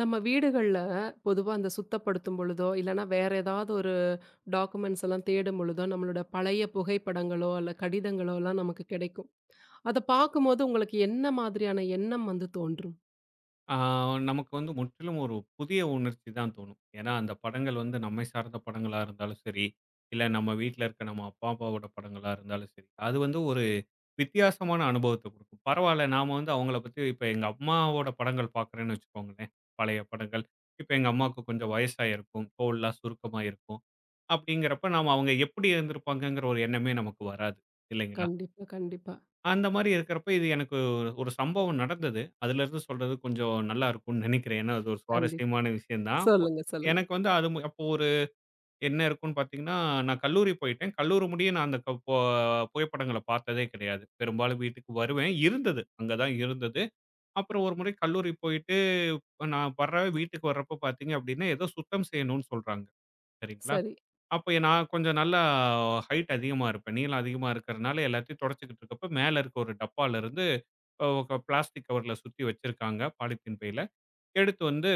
நம்ம வீடுகள்ல பொதுவா அந்த சுத்தப்படுத்தும் பொழுதோ, இல்லன்னா வேற ஏதாவது ஒரு டாக்குமெண்ட்ஸ் எல்லாம் தேடும் பொழுதோ, நம்மளோட பழைய புகைப்படங்களோ, அல்ல கடிதங்களோ எல்லாம் நமக்கு கிடைக்கும். அத பார்க்கும்போது உங்களுக்கு என்ன மாதிரியான எண்ணம் வந்து தோன்றும்? ஆ நமக்கு வந்து முற்றிலும் ஒரு புதிய உணர்ச்சி தான் தோணும். ஏன்னா, அந்த படங்கள் வந்து நம்மை சார்ந்த படங்களா இருந்தாலும் சரி, இல்ல நம்ம வீட்ல இருக்க நம்ம அப்பா, அம்மாவோட படங்களா இருந்தாலும் சரி, அது வந்து ஒரு வித்தியாசமான அனுபவத்த குடுக்கும். பரவால்ல நாம வந்து அவங்கள பத்தி இப்ப எங்க அம்மாவோட படங்கள் பார்க்குறேன்னு வச்சுக்கோங்களேன், பழைய படங்கள். இப்ப எங்க அம்மாவுக்கு கொஞ்சம் வயசாயிருக்கும், தோள்லாம் சுருக்கமா இருக்கும். அப்படிங்கிறப்ப நாம அவங்க எப்படி இருந்திருப்பாங்கங்கிற ஒரு எண்ணமே நமக்கு வராது. இல்லைங்களா? கண்டிப்பா, கண்டிப்பா, அந்த மாரி இருக்கிறப்ப, இது எனக்கு ஒரு ஒரு சம்பவம் நடந்தது. அதுலருந்து சொல்றது கொஞ்சம் நல்லா இருக்கும்னு நினைக்கிறேன். ஏன்னா, அது ஒரு கண்டிப்பா. சுவாரஸ்யமான விஷயம் தான். சொல்லுங்க, சொல்லுங்க. எனக்கு வந்து அது அப்போ ஒரு என்ன இருக்கும்னு பார்த்தீங்கன்னா, நான் கல்லூரி போயிட்டேன். கல்லூரி முடிய நான் அந்த க போ புகைப்படங்கள பார்த்ததே கிடையாது. பெரும்பாலும் வீட்டுக்கு வருவேன். இருந்தது. அங்க தான் இருந்தது. அப்புறம் ஒரு முறை கல்லூரி போயிட்டு, இப்ப நான் வர்ற வீட்டுக்கு வர்றப்ப பார்த்தீங்க அப்டின்னா, ஏதோ சுத்தம் செய்யணும்னு சொல்றாங்க. சரிங்களா? சரி. அப்ப நான் கொஞ்சம் நல்லா ஹைட் அதிகமா இருப்பேன். நீளம் அதிகமா இருக்கிறனால எல்லாத்தையும் தொடச்சுக்கிட்டு இருக்கப்ப, மேல இருக்க ஒரு டப்பாலருந்து ஒ பிளாஸ்டிக் கவர்ல சுத்தி வச்சிருக்காங்க. பாலித்தீன் பையில. எடுத்து வந்து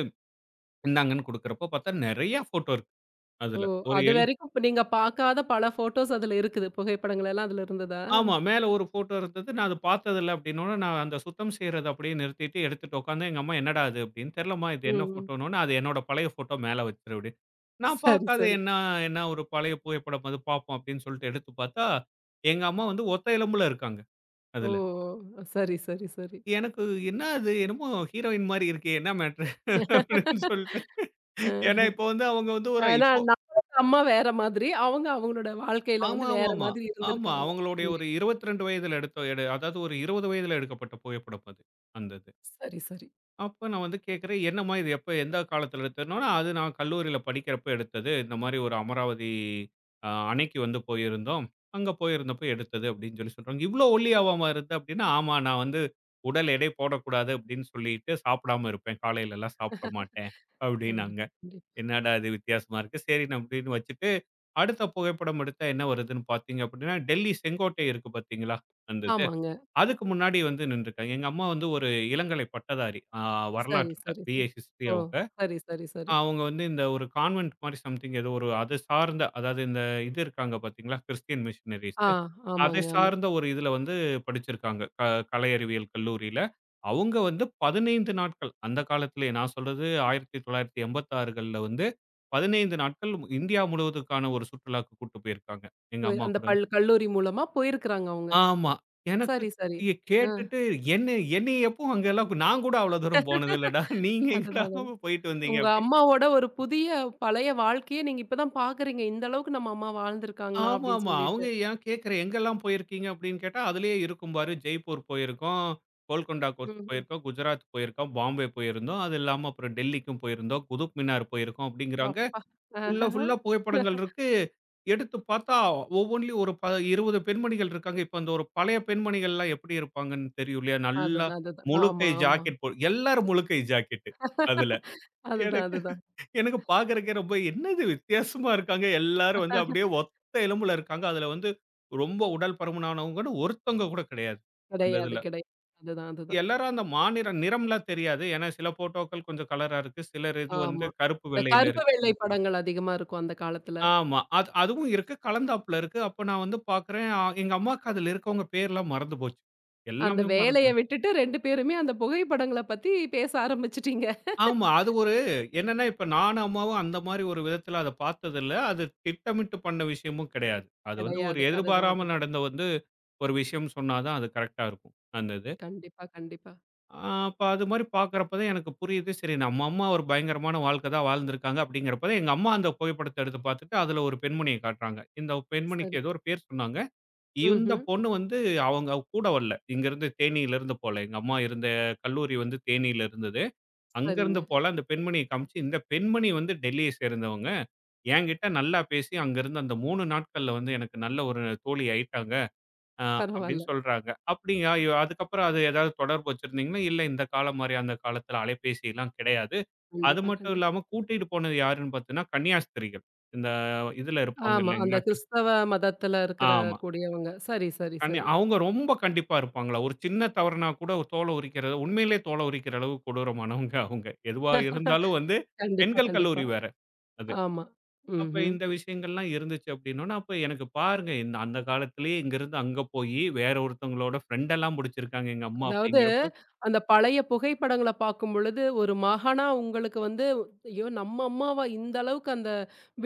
இந்தாங்கன்னு குடுக்குறப்போ பார்த்தா நெறைய ஃபோட்டோ இருக்கு ஓ! அதுல. ஒரு எழு அதுவரைக்கும் இப்ப நீங்க பார்க்காத பல ஃபோட்டோஸ் அதுல இருக்குது. புகைப்படங்கள் எல்லாம் அதுல இருந்ததா? ஆமா. மேல ஒரு ஃபோட்டோ இருந்தது. நான் அத பார்த்ததில்ல அப்டின்னோனே, நான் அந்த சுத்தம் செய்றத அப்படியே நிறுத்திட்டு எடுத்துட்டு உட்காந்தேன். எங்க அம்மா என்னடா அது அப்டின்னு. தெரிலம்மா இது என்ன ம். ஃபோட்டோன்னோனே, அது என்னோட பழைய ஃபோட்டோ மேல வச்சிரு அப்டின்னு. நான் சரி, பார்க்காத சரி. என்ன என்ன ஒரு பழைய புகைப்படம் அது பார்ப்போம் அப்டின்னு சொல்லிட்டு எடுத்து பார்த்தா, எங்க அம்மா வந்து ஒத்த எலும்புல இருக்காங்க ஓ! அதுல. சரி, சரி, சரி. எனக்கு என்ன அது என்னமோ ஹீரோயின் மாரி இருக்கே! என்ன மேட்ரு? அப்படின்னு சொல்லிட்டு. அ. ஏன்னா, இப்போ வந்து அவங்க வந்து ஒரு ஆனா, இப்போ நம்மளோட அம்மா வேற மாதிரி. அவங்க அவங்களோட வாழ்க்கையில ஆமா, வந்து ஆமா, வேற ஆமா. மாதிரி ஆமா. இருந்திருக்காங்க. அவங்களுடைய ஒரு கண்டிப்பா. 22 வயதில எடுத்த எடு அதாவது ஒரு 20 வயதில எடுக்கப்பட்ட புகைப்படம் அது. அந்த இது. சரி, சரி. அப்ப நான் வந்து கேட்கிறேன், "என்னம்மா இது எப்ப எந்த காலத்துல எடுத்ததுன்னோனே?" அது நான் கல்லூரியில படிக்கிறப்ப எடுத்தது. இந்த மாரி ஒரு அமராவதி அணைக்கு வந்து போயிருந்தோம். அங்க போயிருந்தப்ப எடுத்தது அப்படின்னு சொல்லி சொல்றாங்க. "இவ்ளோ ஒல்லியாவாம இருந்த?" அப்படின்னா, "ஆமா நான் வந்து உடல் எடை போடக்கூடாது அப்படின்னு சொல்லிட்டு சாப்பிடாம இருப்பேன். காலையிலலாம் சாப்பிட மாட்டேன்." அப்படின்னாங்க. கண்டிப்பா, கண்டிப்பா. என்னடா இது வித்தியாசமா இருக்கு. சரின்னு அப்படின்னு வச்சுட்டு, அடுத்த புகைப்படம் எடுத்தா என்ன வருதுன்னு பார்த்தீங்க அப்படின்னா, டெல்லி செங்கோட்டை இருக்கு பார்த்தீங்களா? அந்த இது. ஆமாங்க. அதுக்கு முன்னாடி வந்து நின்றுருக்காங்க. எங்க அம்மா வந்து ஒரு இளங்கலை பட்டதாரி. சரி, வரலாற்றுல. சரி, பிஏ சரி. ஹிஸ்ட்ரி ஓ! அவங்க. சரி, சரி, சரி. அவங்க வந்து இந்த ஒரு கான்வென்ட் மாரி சம்திங் ஏதோ ஒரு அது சார்ந்த அதாவது இந்த இது இருக்காங்க பார்த்தீங்களா? Christian missionaries. ஆ, அதை ஆமாங்க. ஆமா. சார்ந்த ஒரு இதுல வந்து படிச்சிருக்காங்க. கலை அறிவியல் கல்லூரியில. அவங்க வந்து 15 நாட்கள். அந்த காலத்திலேயே நான் சொல்றது 1986கள்ல வந்து 15 நாட்கள் இந்தியா முழுவதுக்கான ஒரு சுற்றுலாக்கு கூட்டு போயிருக்காங்க. எங்க போய் அம்மா அந்த கூட. பள் கல்லூரி மூலமா போயிருக்கிறாங்க அவங்க. ஆமா. எனக்கு சரி, சரி. இதைய ஆ, கேட்டுட்டு என்ன என்னைய எப்போ அங்கெல்லாம் நான் கூட அவ்வளோ தூரம் போனதில்லடா. நீங்க எங்கடா அதுதான், அதுதான். போயிட்டு வந்தீங்க உங்க அப்படின்னு. அம்மாவோட ஒரு புதிய பழைய வாழ்க்கைய நீங்க இப்ப தான் பார்க்குறீங்க. இந்த அளவுக்கு நம்ம அம்மா வாழ்ந்திருக்காங்களா அப்படின்னு ஆமாமா. சொல்லிட்டு. அவங்க ஏன் கேட்கிறேன் எங்கெல்லாம் போயிருக்கீங்க அப்படின்னு கேட்டா, அதிலேயே இருக்கும் பாரு. ஜெய்ப்பூர் போயிருக்கோம், கோல்கொண்டா கோட்ஸ் ம்ஹ்ம். போயிருக்கோம், குஜராத் போயிருக்கோம், பாம்பே போயிருந்தோம். அது இல்லாம அப்புறம் டெல்லிக்கும் போயிருந்தோம், குதுப் மினார் போயிருக்கோம் அப்படிங்கிறாங்க. அப்பா! ஆஹ், ஆஹ், ஃபுல்லா, ஆஹ். ஃபுல்லா புகைப்படங்கள் இருக்கு. எடுத்து பார்த்தா, ஒவ்வொன்லயும் ஒரு 20 பெண்மணிகள் இருக்காங்க. இப்ப அந்த ஒரு பழைய பெண்மணிகள்லாம் எப்படி இருப்பாங்கன்னு தெரியும் இல்லையா? நல்லா அதுதான், அதுதான். முழு ஆமா, கை ஆமா. ஜாக்கெட் போ எல்லாரும் முழு கை ஜாக்கெட்டு அதுல. அதுதான், எனக்கு அதுதான். எனக்கு பார்க்கறக்கே ரொம்ப என்னது வித்தியாசமா இருக்காங்க. எல்லாரும் வந்து அப்படியே ஒத்த எலும்புல இருக்காங்க. அதுல வந்து ரொம்ப உடல் பருமனானவங்கன்னு ஒருத்தவங்க கூட கிடையாது. அந்த கிடையாது, இதுல. கிடையாது. அதுதான், அதுதான். எல்லாரும் அந்த மாநிற நிறம்லாம் தெரியாது. ஏன்னா சில ஃபோட்டோக்கள் கொஞ்சம் கலரா இருக்கு. சிலர் இது வந்து ஆமா. கருப்பு இந்த வெள்ளையில கருப்பு, இருக்கு. வெள்ளை படங்கள் அதிகமா இருக்கும் அந்த காலத்துல. ஆமா. அது அதுவும் இருக்கு. கலந்தாப்புல இருக்கு. அப்ப நான் வந்து பார்க்குறேன், எங்க அம்மாக்கு அதுல இருக்கவங்க பேர்லாம் மறந்து போச்சு. அந்த எல்லாமே மறந்து வேலைய போச்சு. விட்டுட்டு 2 பேருமே அந்த புகைப்படங்கள பத்தி பேச ஆரம்பிச்சுட்டீங்க. ஆமா. அது ஒரு என்னன்னா, இப்ப நானும், அம்மாவும் அந்த மாரி ஒரு விதத்துல அத பார்த்ததில்ல. அது திட்டமிட்டு பண்ண விஷயமும் கிடையாது. அது வந்து ஒரு கிடையாது. அதுதான், எதிர்பாராம அதுதான். நடந்த வந்து ஒரு விஷயம் சொன்னா தான் அது கரெக்ட்டா இருக்கும். அந்த இது. கண்டிப்பா, கண்டிப்பா. அ அப்ப அது மாரி பார்க்குறப்ப தான் எனக்கு புரியுது. சரி நம்ம அம்மா ஒரு பயங்கரமான வாழ்க்கை தான் வாழ்ந்திருக்காங்க அப்படிங்கிறப்ப தான் எங்க அம்மா அந்த புகைப்படத்த எடுத்து பார்த்துட்டு, அதுல ஒரு பெண்மணிய காட்டுறாங்க. இந்த பெண்மணிக்கு சரி. ஏதோ ஒரு பேர் சொன்னாங்க. இந்த ம்ஹ்ம். பொண்ணு வந்து அவங்க கூட வரல. இங்கருந்து தேனியிலருந்து போல. எங்க அம்மா இருந்த கல்லூரி வந்து தேனியில இருந்தது. சரிங்க. அங்கருந்து போல அந்த பெண்மணிய காமிச்சு, இந்த பெண்மணி வந்து டெல்லிய சேர்ந்தவங்க. என்கிட்ட நல்லா பேசி அங்கருந்து அந்த 3 நாட்கள்ல வந்து எனக்கு நல்ல ஒரு தோழி ஆயிட்டாங்க. அ அப்படின்னு பரவால்ல. சொல்றாங்க. அப்படியா அதுக்கப்புறம் அது ஏதாவது தொடர்பு வச்சிருந்தீங்களா? இல்ல இந்த காலம் மாரி அந்த காலத்துல அலைபேசிலாம் கிடையாது. அது கண்டிப்பா, மட்டும் கண்டிப்பா. இல்லாம கூட்டிட்டு போனது யாருன்னு பார்த்தீங்கன்னா, கன்னியாஸ்திரிகள். இந்த இதுல இருப்பாங்க ஆமா. அந்த இல்லைங்களா? கிறிஸ்தவ மதத்துல இருக்கிற ஆமா. கூடியவங்க. சரி, சரி, கண்ணி சரி. அவங்க ரொம்ப கண்டிப்பா இருப்பாங்களா? ஒரு சின்ன தவறுனா கூட தோல உரிக்கிறது உண்மையிலேயே தோல உரிக்கிற அளவு கொடூரமானவங்க அவங்க. எதுவா இருந்தாலும் வந்து கண்டிப்பா, பெண்கள் கண்டிப்பா. கல்லூரி வேற அது. ஆமா. அப்ப ம்ஹ்ம். இந்த விஷயங்கள்லாம் இருந்துச்சு அப்படின்னோன, அப்ப எனக்கு பாருங்க இந்த அந்த காலத்திலேயே இங்கிருந்து அங்க போயி வேற ஒருத்தவங்களோட ஃப்ரெண்ட் எல்லாம் புடிச்சிருக்காங்க எங்க அம்மா அதாவது, அப்படிங்கிறப்ப அந்த பழைய புகைப்படங்கள பார்க்கும் பொழுது, ஒரு மகனா உங்களுக்கு வந்து, "ஐயோ! நம்ம அம்மாவா இந்த அளவுக்கு அந்த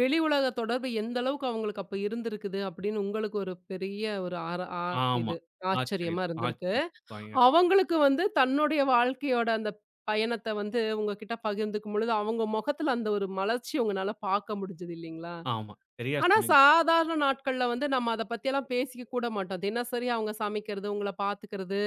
வெளி உலக தொடர்பு எந்த அளவுக்கு அவங்களுக்கு அப்ப இருந்திருக்குது." அப்படின்னு உங்களுக்கு ஒரு பெரிய ஒரு ஆர ஆ ஆமா. இது ஆச்சரியமா ஆச்சரியம், இருந்திருக்கு. ஆச்சரியம். பயங்கர அவங்களுக்கு வந்து தன்னுடைய வாழ்க்கையோட அந்த பயணத்த வந்து உங்ககிட்ட பகிர்ந்துக்கும் பொழுது, அவங்க முகத்துல அந்த ஒரு மலர்ச்சி உங்கனால பார்க்க முடிஞ்சது இல்லைங்களா? ஆமா. சரியா ஆனா, சொன்னீங்க. சாதாரண நாட்கள்ல வந்து நம்ம அத பத்தியெல்லாம் பேசிக்க கூட மாட்டோம். தினசரி அவங்க சமைக்கிறது, உங்கள பாத்துக்கிறது,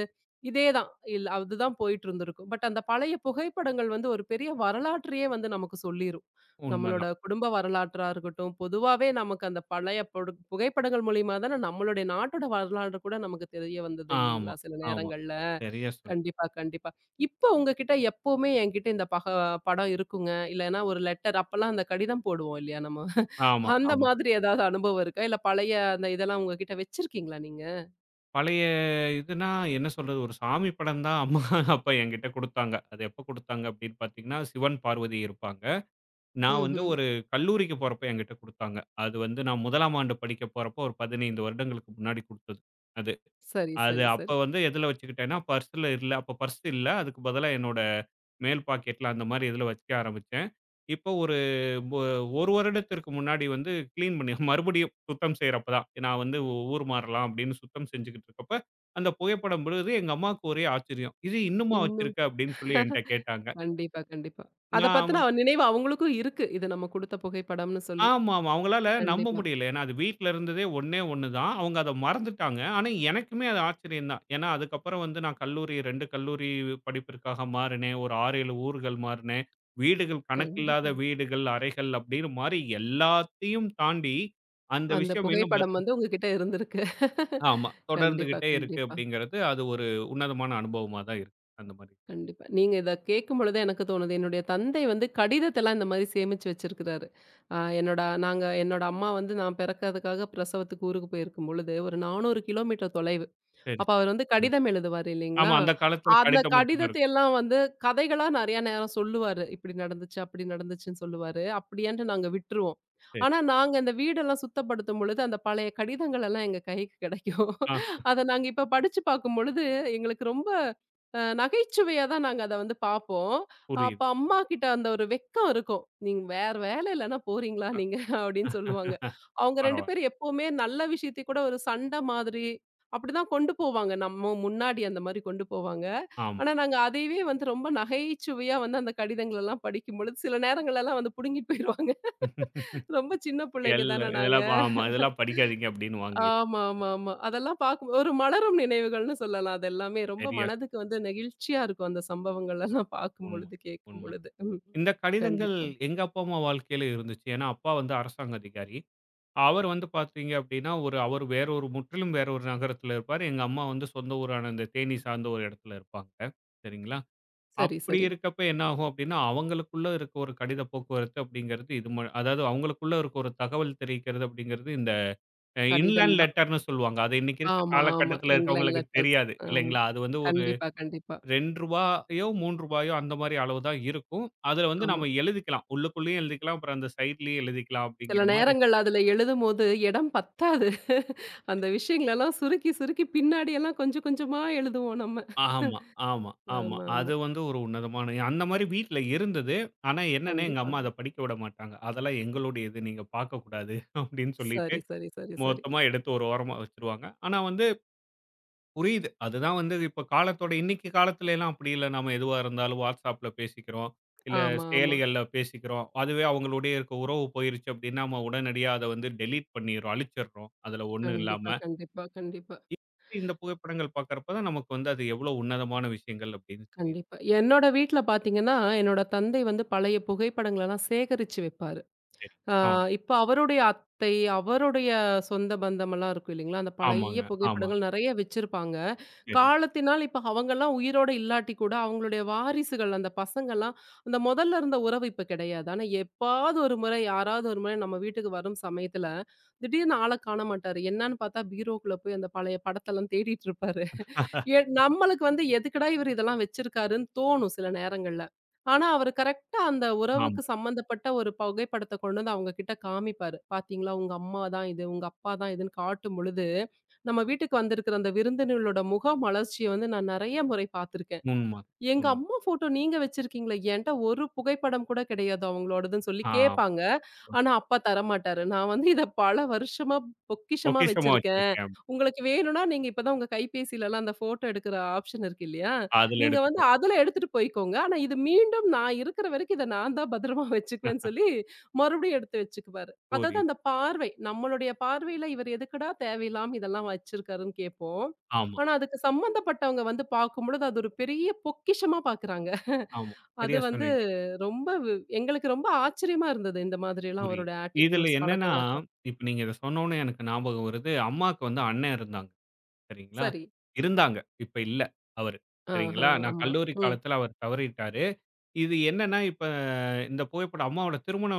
இதே தான். இல்ல அதுதான் போயிட்டுருந்திருக்கும். பட் அந்த பழைய புகைப்படங்கள் வந்து ஒரு பெரிய வரலாற்றையே வந்து நமக்கு சொல்லிரும். நம்மளோட உண்மதான். குடும்ப வரலாற்றா இருக்கட்டும், பொதுவாவே நமக்கு அந்த பழைய பொடு புகைப்படங்கள் மூலியமா தானே நம்மளுடைய நாட்டோட வரலாறு கூட நமக்கு தெரிய வந்தது ஆமா, இல்லைங்களா? சில ஆமா. நேரங்கள்ல. சரியா சொன்னீங்க. கண்டிப்பா, கண்டிப்பா. இப்ப உங்ககிட்ட எப்பவுமே என்கிட்ட இந்த பக படம் இருக்குங்க. இல்லன்னா ஒரு லெட்டர் அப்பலாம் அந்த கடிதம் போடுவோம் இல்லையா நம்ம? ஆமா, அந்த ஆமா. மாதிரி ஏதாவது அனுபவம் இருக்கா? இல்ல பழைய அந்த இதெல்லாம் உங்ககிட்ட வச்சிருக்கீங்களா நீங்க? பழைய இதுனா, என்ன சொல்றது? ஒரு சாமி படம் தான் அம்மா, அப்பா என்கிட்ட குடுத்தாங்க. அது எப்ப குடுத்தாங்க அப்படின்னு பார்த்தீங்கன்னா, சிவன், பார்வதி இருப்பாங்க. நான் வந்து ம்ஹ்ம். ஒரு கல்லூரிக்கு போறப்ப என்கிட்ட குடுத்தாங்க. அது வந்து நான் 1ஆம் ஆண்டு படிக்க போறப்போ, ஒரு 15 வருடங்களுக்கு முன்னாடி குடுத்தது. அது. சரி, அது சரி, அப்ப சரி. வந்து எதுல வச்சுக்கிட்டேன்னா, பர்ஸ்ல இல்ல. அப்ப பர்ஸ் இல்ல. அதுக்கு பதிலா என்னோட மேல் பாக்கெட்ல அந்த மாரி இதுல வைக்க ஆரம்பிச்சேன். இப்போ ஒரு ஒ 1 வருடத்திற்கு முன்னாடி வந்து கிளீன் பண்ணி மறுபடியும் சுத்தம் செய்றப்ப தான். நான் வந்து ஊர் மாறலாம் அப்படின்னு சுத்தம் செஞ்சுகிட்டு இருக்கப்ப, அந்த புகைப்படம் விழுது. எங்க அம்மாவுக்கு ஒரே ஆச்சரியம். "இது இன்னுமா இன்னும் வச்சிருக்க?" அப்படின்னு சொல்லி என்ட்ட கேட்டாங்க. கண்டிப்பா, கண்டிப்பா. அத நான் பத்தின அவ- நினைவு அவங்களுக்கும் இருக்கு. இது நம்ம குடுத்த புகைப்படம்னு சொல்லி. ஆமாமா. அவங்களால நம்ப கண்டிப்பா, முடியல. ஏன்னா, அது வீட்ல இருந்ததே ஒண்ணே ஒண்ணு தான். அவங்க அத மறந்துட்டாங்க. ஆனா, எனக்குமே அது ஆச்சரியம் தான். ஏன்னா, அதுக்கப்புறம் வந்து நான் கல்லூரி 2 கல்லூரி படிப்பிற்காக மாறினேன். ஒரு 6, 7 ஊர்கள் மாறினேன். வீடுகள் கணக்கில்லாத கண்டிப்பா. வீடுகள், அறைகள் அப்படின்னு மாறி எல்லாத்தையும் தாண்டி, அந்த அந்த விஷயம் இன்னும் புகைப்படம் வந்து உங்ககிட்ட இருந்திருக்கு. ஆமா. கண்டிப்பா, தொடர்ந்துகிட்டே இருக்கு கண்டிப்பா. அப்படிங்கிறது, அது ஒரு உன்னதமான அனுபவமா தான் இருக்கு. அந்த மாரி. கண்டிப்பா. நீங்க இத கேட்கும்பொழுது எனக்கு தோணுது. என்னுடைய தந்தை வந்து கடிதத்தெல்லாம் இந்த மாரி சேமிச்சு வச்சிருக்கிறாரு. அ என்னோட நாங்க என்னோட அம்மா வந்து நான் பிறக்கறதுக்காக பிரசவத்துக்கு ஊருக்கு போயிருக்கும் பொழுது, ஒரு 400 கிலோமீட்டர் தொலைவு. சரி, அப்ப சரி. அவர் வந்து ம். கடிதம் எழுதுவாரு இல்லைங்களா? ஆமா. அந்த காலத்துல அந்த கடிதம் மட்டும் தான் கடிதத்தை இருக்கும். எல்லாம் வந்து கதைகளா நெறைய நேரம் சொல்லுவாரு. இப்படி நடந்துச்சு, அப்படி நடந்துச்சுன்னு சொல்லுவாரு. அப்படியான்ட்டு நாங்க விட்டுருவோம். சரி. ஆனா நாங்க இந்த வீடெல்லாம் சுத்தப்படுத்தும் பொழுது, அந்த பழைய கடிதங்கள் எல்லாம் எங்க கைக்கு கிடைக்கும். ஆ அத நாங்க இப்ப படிச்சு பார்க்கும் பொழுது, எங்களுக்கு ரொம்ப அ நகைச்சுவையா தான் நாங்க அத வந்து பார்ப்போம். அப்ப புரியுது. அம்மாகிட்ட அந்த ஒரு வெட்கம் இருக்கும். "நீங்க வேற வேலை இல்லன்னா போறீங்களா நீங்க?" அப்படின்னு சொல்லுவாங்க. அவங்க 2 பரவால்ல. பேரும் எப்பவுமே நல்ல விஷயத்தையும் கூட ஒரு சண்டை மாதிரி அப்படிதான் கொண்டு போவாங்க. நம்ம முன்னாடி அந்த மாரி கொண்டு போவாங்க. ஆமா. ஆனா நாங்க அதையவே வந்து ரொம்ப நகைச்சுவையா வந்து அந்த கடிதங்கள் எல்லாம் படிக்கும்பொழுது, சில நேரங்கள்லலாம் வந்து புடுங்கிட்டு போயிருவாங்க. ரொம்ப சின்ன பிள்ளைங்க எல்ல தானே நாங்க. இதெல்லாம் ஆமா. இதெல்லாம் படிக்காதீங்க அப்டின்னுவாங்க. ஆமா, ஆமா, ஆமா. அதெல்லாம் பார்க்கும் ஒரு மலரும் நினைவுகள்னு சொல்லலாம். அது எல்லாமே ரொம்ப சரியா சொன்னீங்க. மனதுக்கு வந்து நெகிழ்ச்சியா இருக்கும். அந்த சம்பவங்கள் எல்லாம் பார்க்கும் உண்ம. பொழுது, கேட்கும் உண்மதான். பொழுது. ம். இந்த கடிதங்கள் கண்டிப்பா. எங்க அப்பா, அம்மா வாழ்க்கையில இருந்துச்சு. ஏன்னா, அப்பா வந்து அரசாங்க அதிகாரி. அவர் வந்து பார்த்தீங்க அப்டின்னா, ஒரு அவர் வேற ஒரு முற்றிலும் வேற ஒரு நகரத்தில இருப்பாரு. எங்க அம்மா வந்து சொந்த ஊரான இந்த தேனி சார்ந்த ஒரு இடத்துல இருப்பாங்க. சரிங்களா? சரி, அப்டி சரி. இருக்கப்ப என்ன ஆகும் அப்டின்னா, அவங்களுக்குள்ள இருக்க ஒரு கடித போக்குவரத்து அப்டிங்கிறது இது அதாவது அவங்களுக்குள்ள இருக்க ஒரு தகவல் தெரிவிக்கிறது அப்டிங்கிறது இந்த கடிதம் இன்லேண்ட் தான். லெட்டர்ன்னு சொல்லுவாங்க. அது இன்னைக்கு இருக்க ஆமா, ஆமா. காலகட்டத்தில இங்கிலாந்து இருக்கவங்களுக்கு லெட்டர்ஸ். தெரியாது. ஆமா. இல்லைங்களா? அது வந்து ஒரு கண்டிப்பா, கண்டிப்பா. ரூ. 2யோ ரூ. 3யோ அந்த மாரி அளவு தான் இருக்கும். அதுல வந்து ஆமா. நம்ம எழுதிக்கலாம். உள்ளுக்குள்ளேயும் எழுதிக்கலாம். அப்புறம் அந்த சைட்லயும் எழுதிக்கலாம் சில அப்படிங்கிற மாரி. நேரங்கள் அதுல எழுதும்போது இடம் பத்தாது. அந்த விஷயங்களெல்லாம் சுருக்கி, சுருக்கி பின்னாடி எல்லாம் கொஞ்சம் கொஞ்சமா எழுதுவோம் நம்ம. ஆமா, ஆமா, ஆமா. ஆமா, ஆமா. அது வந்து ஒரு உன்னதமான அந்த மாரி வீட்ல இருந்தது. ஆனா என்னன்னா, எங்க கண்டிப்பா. அம்மா அத படிக்க விட மாட்டாங்க. அதெல்லாம் எங்களுடையது. நீங்க பார்க்கக்கூடாது அப்படின்னு சொல்லிட்டு சரி, சரி, சரி, சரி. மொத்தமா எடுத்து ஒரு ஓரமா வச்சுருவாங்க. ஆனா வந்து புரியுது. அதுதான் வந்து இப்ப காலத்தோட இன்னைக்கு காலத்துல எல்லாம் அப்படி இல்ல. நாம எதுவா இருந்தாலும் WhatsAppல பேசிக்கிறோம். இல்ல ஆமா, ஆமா. செயலிகள்ல பேசிக்கிறோம். அதுவே அவங்களுடைய இருக்க உறவு போயிருச்சு அப்படின்னா, நம்ம உடனடியா அத வந்து டெலீட் பண்ணிர்றோம். அழிச்சிர்றோம். அதுல ஒண்ணும் இல்லாம. கண்டிப்பா, கண்டிப்பா, கண்டிப்பா. இந்த புகைப்படங்கள் பார்க்கறப்ப தான் நமக்கு வந்து அது எவ்வளவு உன்னதமான விஷயங்கள் அப்படின்னு தெரியுது. கண்டிப்பா. என்னோட வீட்ல பார்த்தீங்கன்னா, என்னோட தந்தை வந்து பழைய புகைப்படங்களெல்லாம் சேகரிச்சு வைப்பாரு. சரி. ஆ ஆ. இப்ப அவருடைய அத்தை, அவருடைய சொந்த பந்தமெல்லாம் இருக்கும் இல்லைங்களா? அந்த ஆமாங்க. பழைய ஆமா. புகைப்படங்கள் நெறைய வச்சிருப்பாங்க. சரி. காலத்தினால் இப்ப அவங்கலாம் உயிரோட இல்லாட்டி கூட, அவங்களுடைய வாரிசுகள் அந்த பசங்கலாம் அந்த மொதல்ல இருந்த உறவு இப்ப கிடையாது. ஆனா எப்பாவது ஒரு முறை, யாராவது ஒரு முறை நம்ம வீட்டுக்கு வரும் சமயத்துல, திடீர்னு ஆள காண மாட்டாரு. என்னன்னு பார்த்தா பீரோக்குள்ள போய் அந்த பழைய படத்தெல்லாம் தேடிட்டு இருப்பாரு. எ நம்மளுக்கு வந்து எதுக்குடா இவரு இதெல்லாம் வச்சிருக்காருன்னு தோணும் சில நேரங்கள்ல. ஆனா அவரு கரெக்ட்டா அந்த ஆமா. உறவுக்கு சம்மந்தப்பட்ட ஒரு புகைப்படத்த கொண்டு வந்து அவங்க கிட்ட காமிப்பாரு. பார்த்தீங்களா உங்க அம்மா தான் இது, உங்க அப்பா தான் இதுன்னு காட்டும் பொழுது நம்ம வீட்டுக்கு வந்திருக்கிற அந்த விருந்தினர்களோட முக மலர்ச்சிய வந்து நான் நெறைய முறை பார்த்துருக்கேன். உண்ம. எங்க உண்ம. அம்மா ஃபோட்டோ நீங்க வச்சிருக்கீங்களே! என்ட்ட ஒரு புகைப்படம் கூட கிடையாது அவங்களோடதுன்னு சொல்லி ஆ. கேட்பாங்க. ஆனா, அப்பா தரமாட்டாரு. நான் வந்து இத பல வருஷமா பொக்கிஷமா பொக்கிஷமா வச்சிருக்கேன். வச்சிருக்கேன். உங்களுக்கு வேணும்னா, நீங்க இப்ப தான் உங்க கைபேசிலலாம் அந்த ஃபோட்டோ எடுக்கிற ஆப்ஷன் இருக்கு இல்லையா? அதுல நீங்க வந்து எடுத்துக்கோ. அதுல எடுத்துட்டு போய்க்கோங்க. ஆனா, இது மீண்டும் நான் இருக்கிற வரைக்கும் இத நான் தான் பத்திரமா வச்சுக்குவேன்னு சொல்லி மறுபடியும் எடுத்து வச்சுக்குவாரு. அதாவது புரியுது. அந்த பார்வை, நம்மளுடைய பார்வையில இவர் எதுக்குடா தேவையில்லாம இதெல்லாம் வச்சிருக்காருன்னு கேட்போம். ஆமா, ஆனா, அதுக்கு சம்மந்தப்பட்டவங்க வந்து பார்க்கும்பொழுது, அது ஒரு பெரிய பொக்கிஷமா பார்க்குறாங்க. ஆமா. அது சரியா வந்து சொன்னீங்க. ரொம்ப வ் எங்களுக்கு ரொம்ப ஆச்சரியமா இருந்தது. இந்த மாதிரிலாம் புரியுது. அவரோட இதுல ஆட்டிட்யூட்ஸ், என்னன்னா, பழக்கவழக்கம். இப்ப நீங்க இத சொன்னோனே எனக்கு ஞாபகம் வருது. அம்மாக்கு வந்து அண்ணன் இருந்தாங்க. சரிங்களா? சரி. இருந்தாங்க. இப்ப இல்ல அவரு. ஆஹா, சரிங்களா? நான் ஆமா. கல்லூரி ம். காலத்துல அவர் தவறிட்டாரு. இது என்னன்னா, இப்ப இந்த புகைப்படம் அம்மாவோட திருமண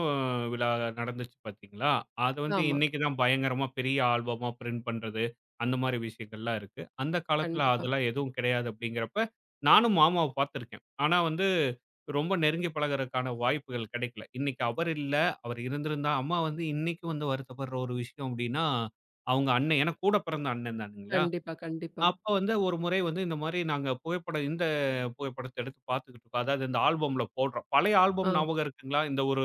விழா நடந்துச்சு பார்த்தீங்களா? அத வந்து ஆமா. இன்னைக்கு தான் பயங்கரமா பெரிய ஆல்பமா பிரிண்ட் பண்றது, அந்த மாரி விஷயங்கள்லாம் இருக்கு. அந்த காலத்துல கண்டிப்பா. அதெல்லாம் எதுவும் கிடையாது அப்படிங்கிறப்ப, நானும் மாமாவ பார்த்துருக்கேன். ஆனா வந்து ரொம்ப நெருங்கி பழகுறதுக்கான வாய்ப்புகள் கிடைக்கல. இன்னைக்கு அவர் இல்ல. அவர் இருந்திருந்தா அம்மா வந்து இன்னைக்கு வந்து வருத்தப்படுற ஒரு விஷயம் அப்படின்னா, அவங்க அண்ணன் ஏன்னா கூட பிறந்த அண்ணன் தானுங்களா? கண்டிப்பா, கண்டிப்பா. அப்ப வந்து ஒரு முறை வந்து இந்த மாரி நாங்க புகைப்படம் இந்த புகைப்படத்த எடுத்து பார்த்துக்கிட்டு இருக்கோம். அதாவது இந்த ஆல்பம்ல போடுறோம். பழைய ஆ. ஆல்பம் ஞாபகம் இருக்குங்களா? இந்த ஒரு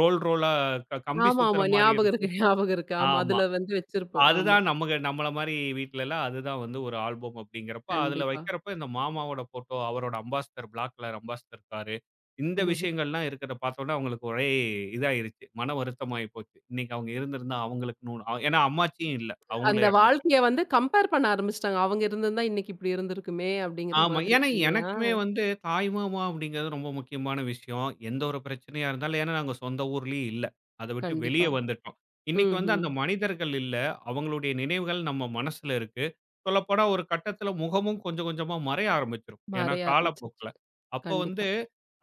ரோலா கம்பி ஆமா, ஆமா. சுத்துற மாரி ஞாபகம் இருக்கு, இருக்கும். ஞாபகம் இருக்கு. ஆமா. ஆமா. அதுல வந்து வச்சிருப்போம். ஆமா. அதுதான் நமக்கு நம்மள மாரி வீட்லலாம் அதுதான் வந்து ஒரு ஆல்பம் அப்படிங்கிறப்ப, அதுல கண்டிப்பா. வைக்கிறப்ப இந்த மாமாவோட ஃபோட்டோ, அவரோட ambassador black colour ambassador car, இந்த ம்ஹ்ம். விஷயங்கள்லாம் இருக்கிறத பார்த்தோனே அவங்களுக்கு ஒரே இதாயிருச்சு. மன வருத்தமாயி போச்சு. இன்னைக்கு அவங்க இருந்திருந்தா அவங்களுக்குன்னு ஒண்ணு ஏன்னா அம்மாச்சியும் இல்ல. அந்த அவங்களும் இறந்து வாழ்க்கைய வந்து கம்பேர் பண்ண ஆரம்பிச்சுட்டாங்க. அவங்க இருந்திருந்தா இன்னைக்கு இப்படி இருந்திருக்குமே அப்படிங்கிற ஆமா. மாதிரி ஏன்னா இல்லையா? எனக்குமே வந்து தாய் மாமா அப்படிங்கிறது ரொம்ப முக்கியமான விஷயம். எந்த ஒரு பிரச்சனையா இருந்தாலும் ஏன்னா நாங்க சொந்த ஊர்லயே இல்ல. அத விட்டு வெளிய கண்டிப்பா. வந்துட்டோம். இன்னைக்கு வந்து ம்ஹ்ம். அந்த மனிதர்கள் இல்ல. அவங்களுடைய நினைவுகள் நம்ம மனசுல இருக்கு. சொல்லப்போனா ஒரு கட்டத்துல முகமும் கொஞ்சம் கொஞ்சமா மறைய ஆரம்பிச்சுரும். ஏன்னா மறைய ஆரம்பிச்சுருச்சு. காலப்போக்குல. அப்போ வந்து கண்டிப்பா.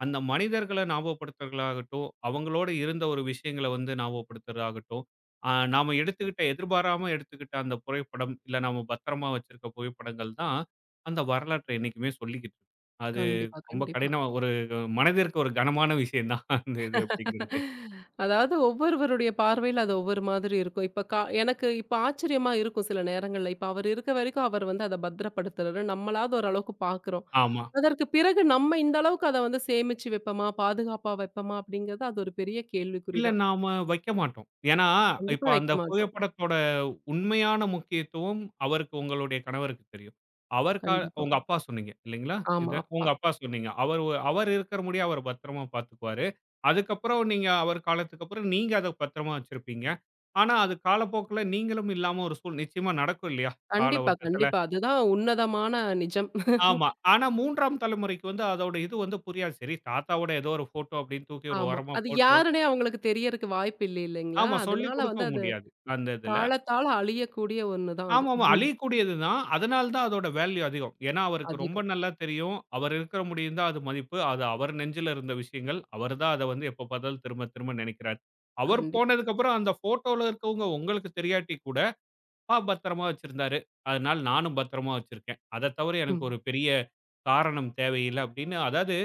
அந்த மனிதர்கள ஞாபகப்படுத்துறதாகட்டும், அவங்களோட இருந்த ஒரு விஷயங்கள வந்து ஞாபகப்படுத்துறதாகட்டும், நாம எடுத்துக்கிட்ட எதிர்பாராம எடுத்துக்கிட்ட அந்த புகைப்படம், இல்ல நாம பத்திரமா வச்சிருக்க புகைப்படங்கள் தான் அந்த வரலாற்ற என்னைக்குமே சொல்லிக்கிட்டு இருக்கும். அது கண்டிப்பா, ரொம்ப கண்டிப்பா. கடினம் ஒரு மனதிற்கு ஒரு கனமான விஷயம் தான் அந்த இது அப்படிங்கிறது. அதாவது ஒவ்வொருவருடைய பார்வையில அது ஒவ்வொரு மாதிரி இருக்கும். இப்ப கா எனக்கு இப்ப ஆச்சரியமா இருக்கும் சில நேரங்கள்ல. இப்ப அவரு இருக்க வரைக்கும் அவர் வந்து அத பத்திரப்படுத்துறாரு. நம்மளாவது ஓரளவுக்கு பார்க்குறோம். ஆமா. அதற்கு பிறகு நம்ம இந்த அளவுக்கு அத வந்து சேமிச்சு வைப்போமா? பாதுகாப்பா வைப்போமா? அப்படிங்கிறது அது ஒரு பெரிய கேள்விக்குறி இல்ல தான். நாம வைக்க மாட்டோம். ஏன்னா, இப்ப கண்டிப்பா அந்த வைக்க மாட்டோம். புகைப்படத்தோட உண்மையான முக்கியத்துவம் அவருக்கு உங்களுடைய கணவருக்கு தெரியும். அவர் கண்டிப்பா. உங்க அப்பா சொன்னீங்க இல்லைங்களா? இத ஆமா, உங்க அப்பா. அப்பா சொன்னீங்க. அவர் இருக்கிற முடிய அவர் பத்திரமா பார்த்துக்குவாரு. அதுக்கப்புறம் நீங்க அவர் காலத்துக்கு அப்புறம் நீங்க அத பத்திரமா வச்சிருப்பீங்க. ஆனா, அது காலப்போக்குல நீங்களும் இல்லாம ஒரு நிச்சயமா நடக்கும் இல்லையா? கால கண்டிப்பா, ஓட்டத்துல. கண்டிப்பா. அதுதான் உன்னதமான நிஜம். ஆமா. ஆனா 3ஆம் தலைமுறைக்கு வந்து அதோட இது வந்து புரியாது. சரி தாத்தாவோட ஏதோ ஒரு ஃபோட்டோ அப்படின்னு தூக்கி ஒரு ஆமா. ஓரமா அது போட்டுருவாங்க. யாருன்னே அவங்களுக்கு தெரியறக்கு வாய்ப்பு இல்ல இல்லைங்களா? ஆமா சொல்லிக் அதனால கொடுக்க வந்து அது முடியாது. அந்த இதுல. காலத்தால அழியக்கூடிய ஒண்ணு தான் அது. ஆமாமா அழியக்கூடியது தான். அதனால தான் அதோட வேல்யூ அதிகம். ஏன்னா அவருக்கு ரொம்ப அதிகம். நல்லா தெரியும். அவர் இருக்கிற முடியும் தான் அது மதிப்பு. அது அவர் நெஞ்சில இருந்த விஷயங்கள். அவர் தான் அத வந்து எப்ப பார்த்தாலும் திரும்ப திரும்ப நினைக்கிறார். அவர் கண்டிப்பா. போனதுக்கு அப்புறம் அந்த ஃபோட்டோல இருக்கவங்க உங்களுக்கு தெரியாட்டி கூட அப்பா பத்திரமா வச்சிருந்தாரு. அதனால நானும் பத்திரமா வச்சிருக்கேன். அத தவிர எனக்கு ம். ஒரு பெரிய காரணம் தேவையில்ல அப்படின்னு அதாவது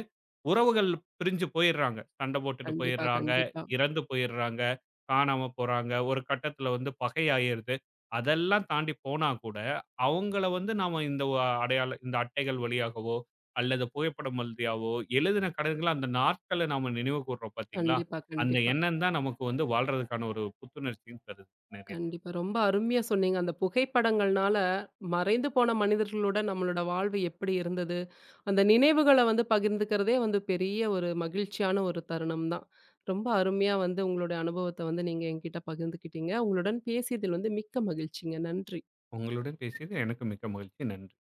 உறவுகள் பிரிஞ்சு போயிடுறாங்க. சண்டை போட்டுட்டு கண்டிப்பா, போயிடுறாங்க. கண்டிப்பா. இறந்து போயிடுறாங்க. காணாம போறாங்க. ஒரு கட்டத்தில வந்து பகை ஆயிருது. அதெல்லாம் தாண்டி போனா கூட, அவங்கள வந்து நாம இந்த அடையாள இந்த அட்டைகள் வழியாகவோ, அல்லது புகைப்படம் வழியாவோ எழுதின கடன்கள அந்த நாட்கள நாம நினைவு கூர்றோம் பார்த்தீங்களா? கண்டிப்பா, அந்த கண்டிப்பா. எண்ணம் தான் நமக்கு வந்து வாழ்றதுக்கான ஒரு புத்துணர்ச்சியும் தருது. நெறைய கண்டிப்பா. ரொம்ப அருமையா சொன்னீங்க. அந்த புகைப்படங்கள்னால மறைந்து போன மனிதர்களோட நம்மளோட வாழ்வு எப்படி இருந்தது? அந்த நினைவுகள வந்து பகிர்ந்துக்கிறதே வந்து பெரிய ஒரு மகிழ்ச்சியான ஒரு தருணம் தான். ரொம்ப அருமையா வந்து உங்களுடைய அனுபவத்த வந்து நீங்க என்கிட்ட பகிர்ந்துக்கிட்டீங்க. உங்களுடன் பேசியதில் வந்து மிக்க மகிழ்ச்சிங்க. நன்றி. உங்களுடன் பேசியது எனக்கு மிக்க மகிழ்ச்சி. நன்றி.